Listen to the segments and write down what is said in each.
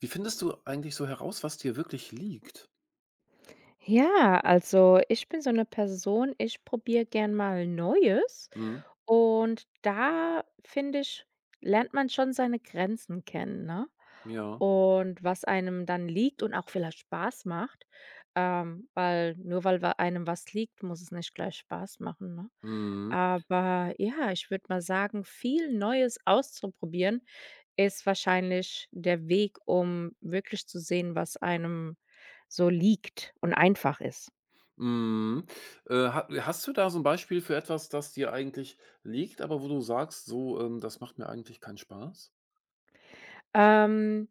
Wie findest du eigentlich so heraus, was dir wirklich liegt? Ja, also ich bin so eine Person, ich probiere gern mal Neues Mhm, und da, finde ich, lernt man schon seine Grenzen kennen, ne? ja. Und was einem dann liegt und auch vielleicht Spaß macht, weil nur weil wa einem was liegt, muss es nicht gleich Spaß machen, ne? Mhm, Aber ja, ich würde mal sagen, viel Neues auszuprobieren ist wahrscheinlich der Weg, um wirklich zu sehen, was einem so liegt und einfach ist. mhm. Ha hast du da so ein Beispiel für etwas, das dir eigentlich liegt, aber wo du sagst: „So, das macht mir eigentlich keinen Spaß?" Ähm,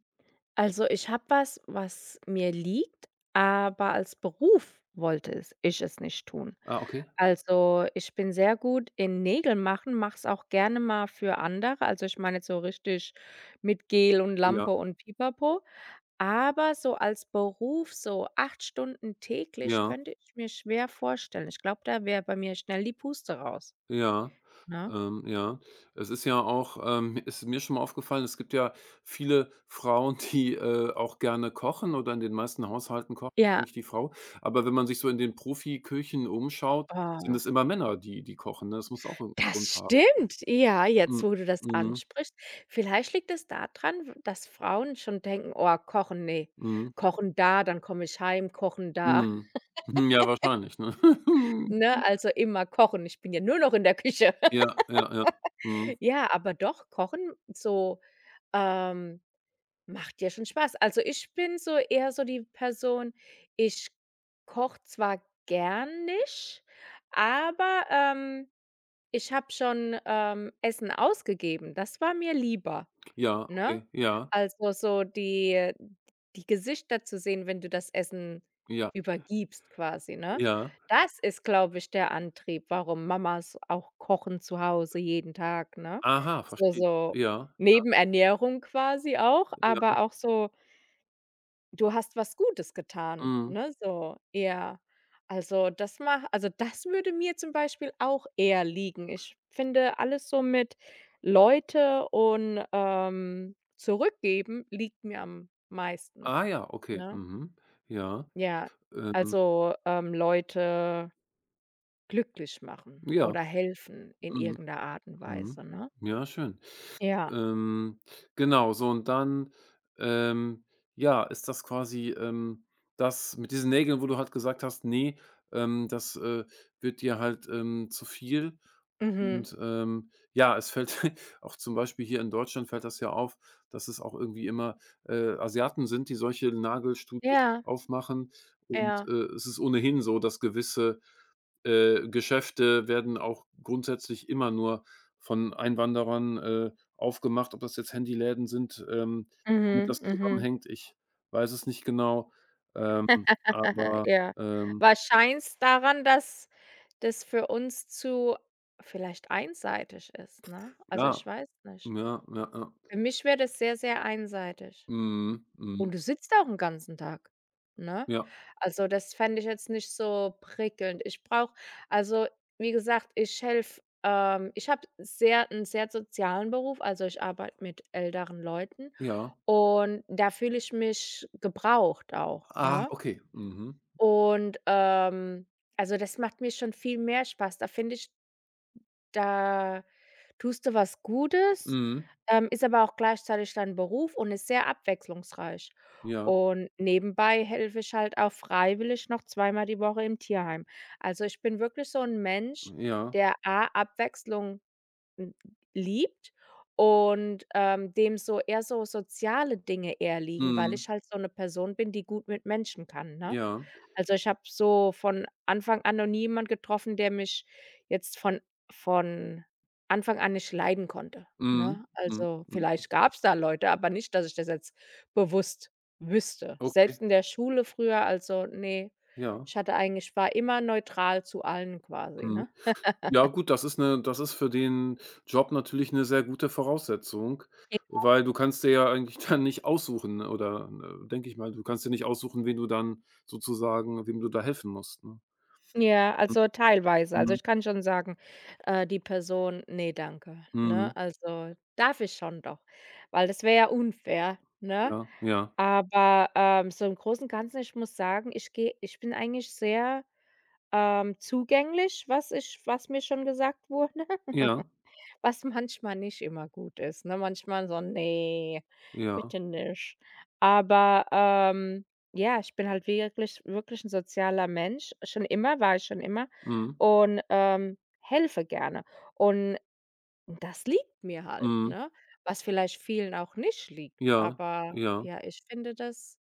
also ich habe was, was mir liegt, aber als Beruf wollte es ich es nicht tun. Ah, okay. Also, ich bin sehr gut in Nägel machen, mache es auch gerne mal für andere. Also, ich meine jetzt so richtig mit Gel und Ja, Lampe und Pipapo. Aber so als Beruf, so 8 Stunden täglich ja. könnte ich mir schwer vorstellen. Ich glaube, da wäre bei mir schnell die Puste raus, Ja, ne? Ja. Es ist ja auch, ist mir schon mal aufgefallen, es gibt ja viele Frauen, die, auch gerne kochen, oder in den meisten Haushalten kocht Ja, eigentlich die Frau. Aber wenn man sich so in den Profiküchen umschaut, sind oh, es immer Männer, die kochen, ne? Das muss auch 'n das Grund haben. stimmt. Ja, jetzt, Mhm. wo du das Mhm. ansprichst. Vielleicht liegt es daran, w dass Frauen schon denken: „Oh, kochen, ne. Mhm. Kochen da, dann komme ich heim, kochen da.“ Mhm. Mhm, ja, wahrscheinlich, ne? Ne, also immer kochen. Ich bin ja nur noch in der Küche. Ja, ja, ja. Mhm. Ja, aber doch, kochen so, ähm macht dir schon Spaß. Also, ich bin so eher so die Person, ich koche zwar gern nicht, aber, ich habe schon, Essen ausgegeben. Das war mir lieber. Ja, Ne? okay. Ja, Also, so die Gesichter zu sehen, wenn du das Essen ja, übergibst quasi, ne? ja. Das ist, glaube ich, der Antrieb, warum Mamas auch kochen zu Hause jeden Tag, ne? Aha, So verstehe. so Ja, Nebenernährung quasi auch, ja, ja. aber auch so du hast was Gutes getan, Mhm. ne, so eher. Also, das mach also, das würde mir zum Beispiel auch eher liegen. Ich finde, alles so mit Leute und, zurückgeben liegt mir am meisten, Ah ja, okay. ne? Mhm. Ja, Ja, ähm, also, Leute glücklich machen ja, oder helfen in mhm, irgendeiner Art und mhm. Weise, ne? Ja, schön. Ja. Ähm, genau, so, und dann, ähm, ja, ist das quasi, das mit diesen Nägeln, wo du halt gesagt hast: „Nee, das, wird dir halt, zu viel." Mhm. Und, ja, es fällt auch, zum Beispiel hier in Deutschland, fällt das ja auf, dass es auch irgendwie immer, Asiaten sind, die solche Nagelstudios Ja, aufmachen. Und, ja. Es ist ohnehin so, dass gewisse, Geschäfte werden auch grundsätzlich immer nur von Einwanderern, aufgemacht. Ob das jetzt Handyläden sind, womit Mhm, das mhm. zusammenhängt, ich weiß es nicht genau. Ähm, aber, Ja, ähm, wahrscheinlich daran, dass das für uns zu vielleicht einseitig ist, ne? Also, ich ja, weiß nicht. ja, ja, ja. Für mich wäre das sehr, sehr einseitig. Mhm, mhm. Und du sitzt auch 'n ganzen Tag, ne? Ja, Also, das fände ich jetzt nicht so prickelnd. Ich brauche Also, wie gesagt, ich habe sehr einen sehr sozialen Beruf, also, ich arbeite mit älteren Leuten ja. und da fühle ich mich gebraucht auch, Ah, ne? okay. Mhm. Und, also, das macht mir schon viel mehr Spaß. Da finde ich, da tust du was Gutes, Mhm. Ist aber auch gleichzeitig dein Beruf und ist sehr abwechslungsreich. Ja, Und nebenbei helfe ich halt auch freiwillig noch 2-mal die Woche im Tierheim. Also, ich bin wirklich so ein Mensch, ja. der A, Abwechslung hm, liebt und, dem so eher so soziale Dinge eher liegen, weil Mhm. ich halt so eine Person bin, die gut mit Menschen kann, ne? Ja. Also, ich habe so von Anfang an noch nie jemand getroffen, der mich jetzt von Anfang an nicht leiden konnte, Mhm. ne? Mhm. Also, Mhm. vielleicht gab es da Leute, aber nicht, dass ich das jetzt bewusst wüsste. Okay, Selbst in der Schule früher, also, nee, ja. ich hatte eigentlich war immer neutral zu allen quasi, Mhm. ne? Ja gut, das ist für den Job natürlich eine sehr gute Voraussetzung, weil du kannst dir ja eigentlich dann nicht aussuchen, ne, oder, denke ich mal, du kannst dir nicht aussuchen, wen du dann sozusagen, wem du da helfen musst, ne? Ja, also teilweise. Also, Mhm. ich kann schon sagen, die Person: „Ne, danke“, Mhm. ne? Also, darf ich schon doch, weil das wäre ja unfair, ne? Ja, ja, Aber, so im Großen und Ganzen, ich muss sagen, ich bin eigentlich sehr, zugänglich, was mir schon gesagt wurde. ja, Was manchmal nicht immer gut ist, ne? Manchmal so: nee, ja. bitte nicht.“ Aber, ja, ich bin halt wirklich ein sozialer Mensch. Schon immer Mhm. und, helfe gerne. Und das liegt mir halt, Mhm. ne? Was vielleicht vielen auch nicht liegt, Ja, aber ja. ja, ich finde das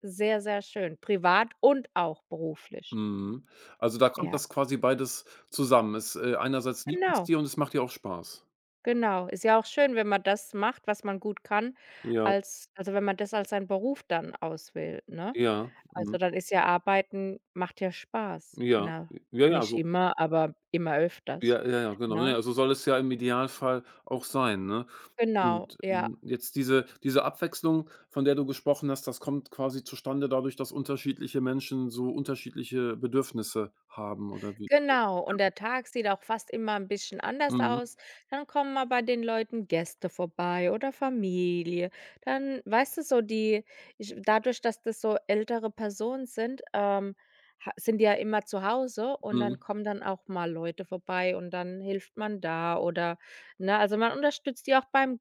sehr, sehr schön, privat und auch beruflich. Mhm. Also, da kommt Ja, das quasi beides zusammen. Einerseits liegt es genau. dir, und es macht dir auch Spaß. Genau, ist ja auch schön, wenn man das macht, was man gut kann, Ja, also, wenn man das als seinen Beruf dann auswählt, ne? ja, mhm. Also, dann ist ja Arbeiten macht ja Spaß in Ja, 'ner ja, ja, nicht so. immer, aber immer öfters, Ja, ja, ja, genau. Ne, ne? also soll es ja im Idealfall auch sein, ne? Genau, Und, ja. Jetzt diese, Abwechslung, von der du gesprochen hast, das kommt quasi zustande dadurch, dass unterschiedliche Menschen so unterschiedliche Bedürfnisse haben, oder wie? Genau, und Ja. der Tag sieht auch fast immer ein bisschen anders Mhm. aus. Dann kommen mal bei den Leuten Gäste vorbei oder Familie. Dann weißt du, so die ich dadurch, dass das so ältere Personen sind, ha sind die ja immer zu Hause und Mhm. dann kommen dann auch mal Leute vorbei und dann hilft man da oder ne, also, man unterstützt die auch beim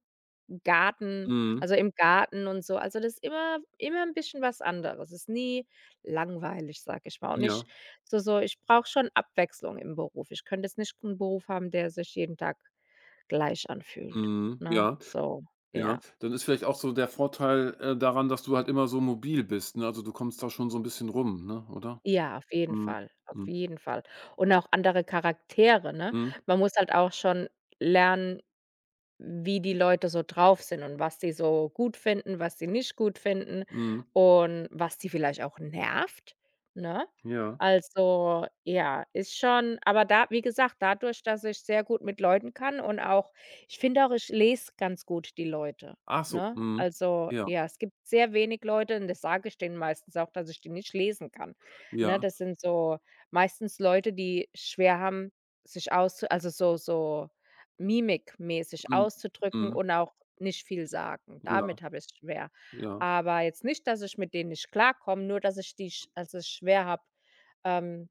Garten Mhm. also, im Garten und so. Also, das ist immer ein bisschen was anderes. Es ist nie langweilig, sag ich mal. Und ich Ja. so so ich brauche schon Abwechslung im Beruf. Ich könnte jetzt nicht einen Beruf haben, der sich jeden Tag gleich anfühlt, Mhm. ne? Ja, So, ja. ja. Dann ist vielleicht auch so der Vorteil, daran, dass du halt immer so mobil bist, ne? Also, du kommst da schon so ein bisschen rum, ne, oder? Ja, auf jeden Mhm. Fall, auf Mhm. jeden Fall. Und auch andere Charaktere, ne? Mhm. Man muss halt auch schon lernen, wie die Leute so drauf sind und was sie so gut finden, was sie nicht gut finden Mhm. und was sie vielleicht auch nervt, ne? Ja. Also, ja, ist schon aber da, wie gesagt, dadurch, dass ich sehr gut mit Leuten kann und auch ich finde auch, ich lese ganz gut die Leute, Ach so. ne? Mhm. Also, Ja, ja, es gibt sehr wenig Leute und das sage ich denen meistens auch, dass ich die nicht lesen kann, ja. ne? Das sind so meistens Leute, die schwer haben, sich auszu also, so so mimikmäßig Mhm, auszudrücken mhm, und auch nicht viel sagen. Damit ja, habe ich schwer. ja, Aber jetzt nicht, dass ich mit denen nicht klarkomme, nur dass ich die sch also, es schwer habe, ähm,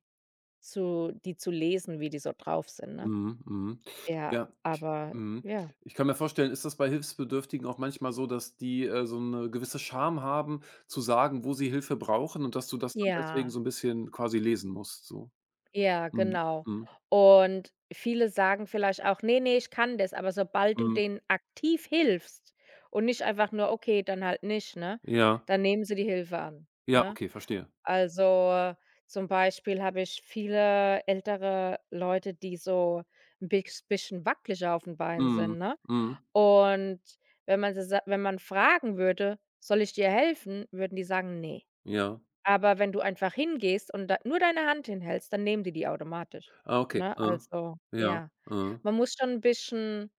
zu lesen, wie die so drauf sind, ne? mhm, mhm. Ja, Ja, ich aber mhm. ja. Ich kann mir vorstellen, ist das bei Hilfsbedürftigen auch manchmal so, dass die, so eine gewisse Scham haben, zu sagen, wo sie Hilfe brauchen, und dass du das dann deswegen Ja, so ein bisschen quasi lesen musst, so? ja, Mhm, genau. mhm, Und viele sagen vielleicht auch: nee, nee, ich kann das“, aber sobald du mhm. denen aktiv hilfst und nicht einfach nur: „Okay, dann halt nicht“, ne, Ja, dann nehmen sie die Hilfe an, ja, ne? okay, verstehe. Also, zum Beispiel habe ich viele ältere Leute, die so ein bisschen wackeliger auf den Beinen Mhm, sind, ne? mhm, Und wenn man sie sa wenn man fragen würde: „Soll ich dir helfen?“, würden die sagen: nee. ja. Aber wenn du einfach hingehst und da nur deine Hand hinhältst, dann nehmen die die automatisch, Ah, okay, ne? mhm, Also, ja, ja. mhm. Man muss schon ein bisschen,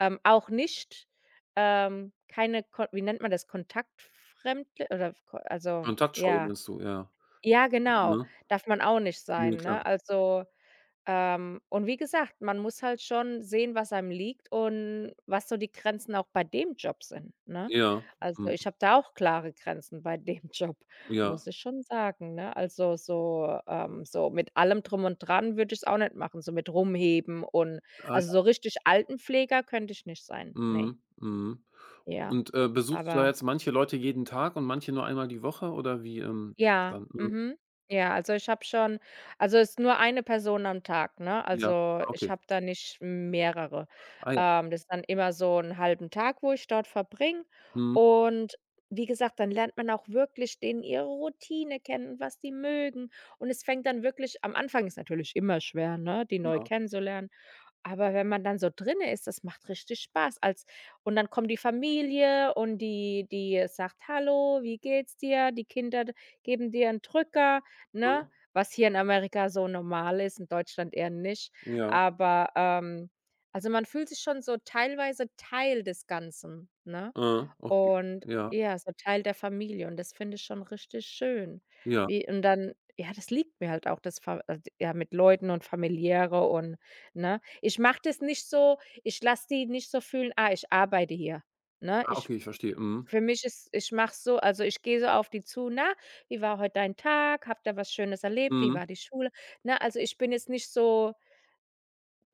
auch nicht, keine Kon wie nennt man das, Kontaktfremdli oder ko also, Kontaktscheu ja. meinst du, ja. Ja, genau. Mhm. Darf man auch nicht Ne, sein, klar. ne? Also, ähm, und wie gesagt, man muss halt schon sehen, was einem liegt und was so die Grenzen auch bei dem Job sind, ne? Ja, Also, mhm, ich habe da auch klare Grenzen bei dem Job, ja. muss ich schon sagen, ne? Also, so so mit allem Drum und Dran würde ich es auch nicht machen, so mit Rumheben und Ah also, ja. so richtig Altenpfleger könnte ich nicht sein, ne. Mhm, mhm. Ja, Und, besuchst du da aber. jetzt manche Leute jeden Tag und manche nur einmal die Woche, oder wie, Ja, dann? Mhm. mhm. Ja, also ich habe schon, also ist nur eine Person am Tag, ne? Ja. Also Ah, ich okay. habe da nicht mehrere. Ah ja. Das ist dann immer so einen halben Tag, wo ich dort verbringe Mhm. und wie gesagt, dann lernt man auch wirklich denen ihre Routine kennen, was die mögen und es fängt dann wirklich am Anfang ist natürlich immer schwer, ne, die neu Ja. kennenzulernen. Aber wenn man dann so drinne ist, das macht richtig Spaß als und dann kommt die Familie und die sagt: „Hallo, wie geht's dir?“ Die Kinder d geben dir einen Drücker, ne? Mhm. Was hier in Amerika so normal ist, in Deutschland eher nicht. Ja. Aber, also, man fühlt sich schon so teilweise Teil des Ganzen, ne? Mhm. Okay. Und Ja. ja, so Teil der Familie und das finde ich schon richtig schön. Ja. Wie und dann ja, das liegt mir halt auch, das Fa d ja, mit Leuten und Familiäre und ne? Ich mache das nicht so, ich lasse die nicht so fühlen: „Ah, ich arbeite hier“, ne? Ah, Ich okay, ich verstehe. Mhm. für mich ist ich mache so also, ich gehe so auf die zu: „Na, wie war heute dein Tag? Habt ihr was Schönes erlebt? Wie Mhm. war die Schule?“ Ne, also, ich bin jetzt nicht so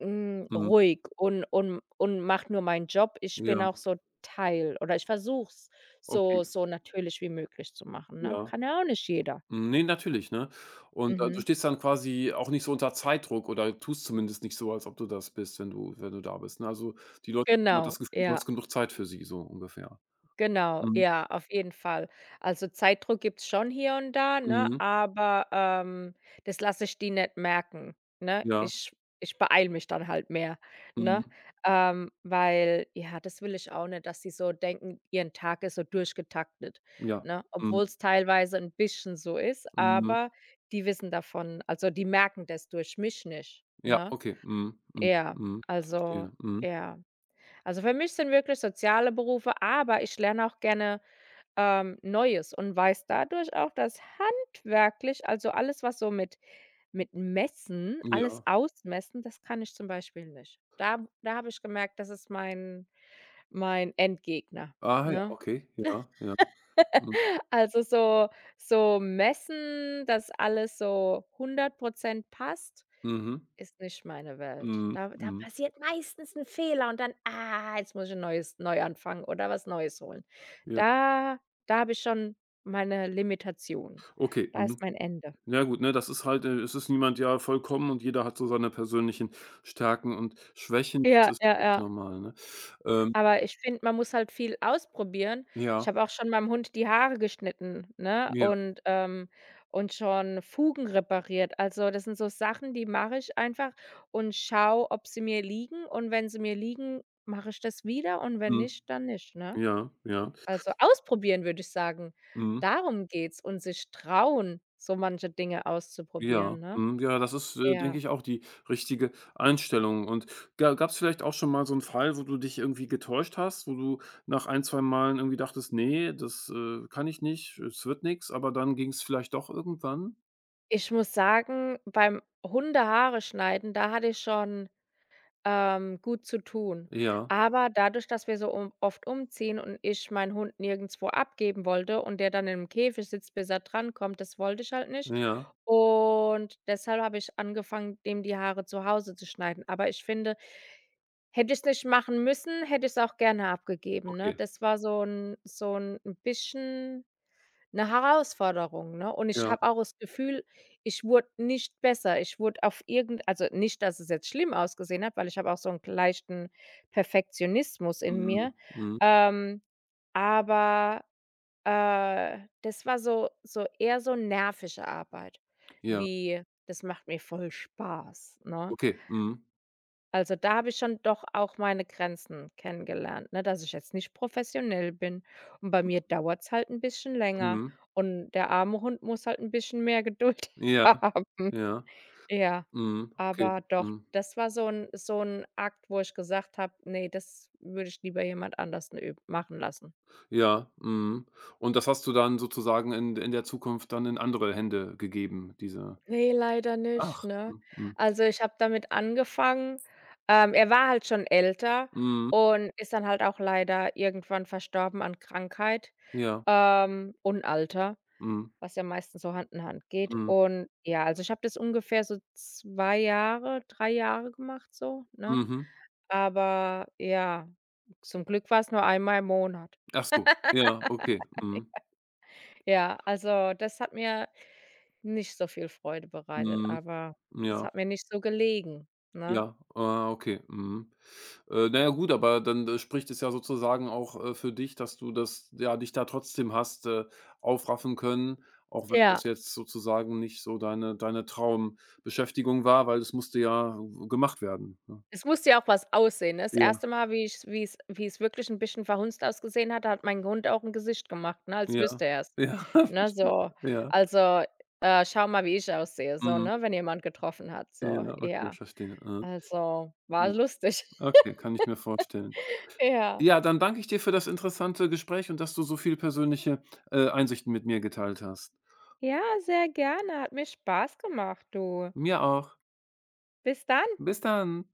Mhm. ruhig und mache nur meinen Job. Ich Ja. bin auch so Teil oder ich versuche es Okay. so so natürlich wie möglich zu machen, ne? Ja. Kann ja auch nicht jeder. Hm, ne, natürlich, ne? Und, du Mhm. stehst dann quasi auch nicht so unter Zeitdruck, oder tust zumindest nicht so, als ob du das bist, wenn du, wenn du da bist, ne? Also, die Leute haben immer Genau, das Gefühl, du ja. hast genug Zeit für sie, so ungefähr. Genau, Mhm. ja, auf jeden Fall. Also, Zeitdruck gibt's schon hier und da, ne, Mhm. aber, das lasse ich die nicht merken, ne? Ja. Ich beeile mich dann halt mehr, ne? Mhm. Weil ja, das will ich auch nicht, dass sie so denken, ihren Tag ist so durchgetaktet, Ja. ne? Mhm. Obwohl's teilweise ein bisschen so ist, Mhm. aber die wissen davon also, die merken das durch mich nicht, Ja, ne? okay. Mhm. Mhm. Ja, Mhm. also Verstehe. Mhm. ja. Also, für mich sind wirklich soziale Berufe, aber ich lerne auch gerne Neues und weiß dadurch auch, dass handwerklich, also alles, was so mit Messen, alles Ja. ausmessen, das kann ich zum Beispiel nicht. Da habe ich gemerkt, das ist mein Endgegner, Ah ja, ne? okay. Ja, ja. Mhm. Also so so messen, dass alles so 100% passt, Mhm. ist nicht meine Welt. Mhm. Da Mhm. passiert meistens ein Fehler und dann: „Ah, jetzt muss ich ein neues neu anfangen oder was Neues holen.“ Ja. Da Da habe ich schon meine Limitation. Okay. Da Mhm. ist mein Ende. Ja gut, ne, das ist halt, es ist niemand ja vollkommen, und jeder hat so seine persönlichen Stärken und Schwächen. Das Ja, ist ja, völlig ja. normal, ne? Ähm, Aber ich finde, man muss halt viel ausprobieren. Ich ja, habe auch schon meinem Hund die Haare geschnitten, ne, ja, und schon Fugen repariert. Also, das sind so Sachen, die mache ich einfach und schaue, ob sie mir liegen und wenn sie mir liegen, mache ich das wieder und wenn mhm, nicht, dann nicht, ne? ja, ja. Also, ausprobieren, würde ich sagen. Mhm. Darum geht's und sich trauen, so manche Dinge Ja, auszuprobieren, ne? mhm, ja, das ist, denke Ja. ich, auch die richtige Einstellung. Und ga gab's vielleicht auch schon mal so 'n Fall, wo du dich irgendwie getäuscht hast, wo du nach ein, 2 Malen irgendwie dachtest: „Ne, das, kann ich nicht, es wird nix", aber dann ging's vielleicht doch irgendwann? Ich muss sagen, beim Hundehaare schneiden, da hatte ich schon, gut zu tun. Ja, Aber dadurch, dass wir so um oft umziehen und ich meinen Hund nirgendwo abgeben wollte und der dann im Käfig sitzt, bis er drankommt, das wollte ich halt nicht. ja, Und deshalb habe ich angefangen, dem die Haare zu Hause zu schneiden. Aber ich finde, hätte ich's nicht machen müssen, hätte ich's auch gerne abgegeben, ne? okay, Das war so ein bisschen 'ne Herausforderung, ne? Und ich ja, habe auch das Gefühl, ich wurde nicht besser. Ich wurde auf irgend also, nicht, dass es jetzt schlimm ausgesehen hat, weil ich habe auch so 'n k leichten Perfektionismus in mhm, mir. mhm, Ähm, aber, das war so so eher so nervische Arbeit, ja, wie: „Das macht mir voll Spaß“, ne? okay, mhm, Also, da habe ich schon doch auch meine Grenzen kennengelernt, ne, dass ich jetzt nicht professionell bin. Und bei mir dauert's halt ein bisschen länger mhm, und der arme Hund muss halt ein bisschen mehr Geduld ja, haben. ja, Ja, mhm, okay, aber doch, mhm, das war so ein Akt, wo ich gesagt habe: nee, das würde ich lieber jemand anders üb machen lassen.“ ja, mhm. Und das hast du dann sozusagen in der Zukunft dann in andere Hände gegeben, diese. Ne, leider nicht, Ach, ne? mhm, mhm. Also, ich habe damit angefangen, er war halt schon älter Mhm. und ist dann halt auch leider irgendwann verstorben an Krankheit, Ja. Und Alter, Mhm. was ja meistens so Hand in Hand geht. Mhm. Und ja, also, ich habe das ungefähr so 2 Jahre, 3 Jahre gemacht so, ne? Mhm. Aber ja, zum Glück war's nur einmal im Monat. Ach so. Ja, okay. Mhm. Ja, also, das hat mir nicht so viel Freude bereitet, Mhm. aber es Ja. hat mir nicht so gelegen, ne? Ja. Ah, okay. Mhm. Na ja, gut, aber dann, spricht es ja sozusagen auch, für dich, dass du das, ja, dich da trotzdem hast, aufraffen können, auch wenn das Ja. jetzt sozusagen nicht so deine Traumbeschäftigung war, weil das musste ja w gemacht werden, ne? Es musste ja auch was aussehen, ne? Das Ja, erste Mal, wie es wirklich 'n bisschen verhunzt ausgesehen hat, da hat mein Hund auch 'n Gesicht gemacht, ne, ja, als wüsste er's, ja, ne, verstehe. so. Ja, Also, „Schau mal, wie ich aussehe“, so, mhm. ne, wenn jemand getroffen hat, so, Ja, okay, ja. verstehe. Mhm. Also, Ja, war lustig, okay, kann ich mir vorstellen. ja. Ja, dann danke ich dir für das interessante Gespräch, und dass du so viel persönliche, Einsichten mit mir geteilt hast. Ja, sehr gerne, hat mir Spaß gemacht, du. Mir auch. Bis dann. Bis dann.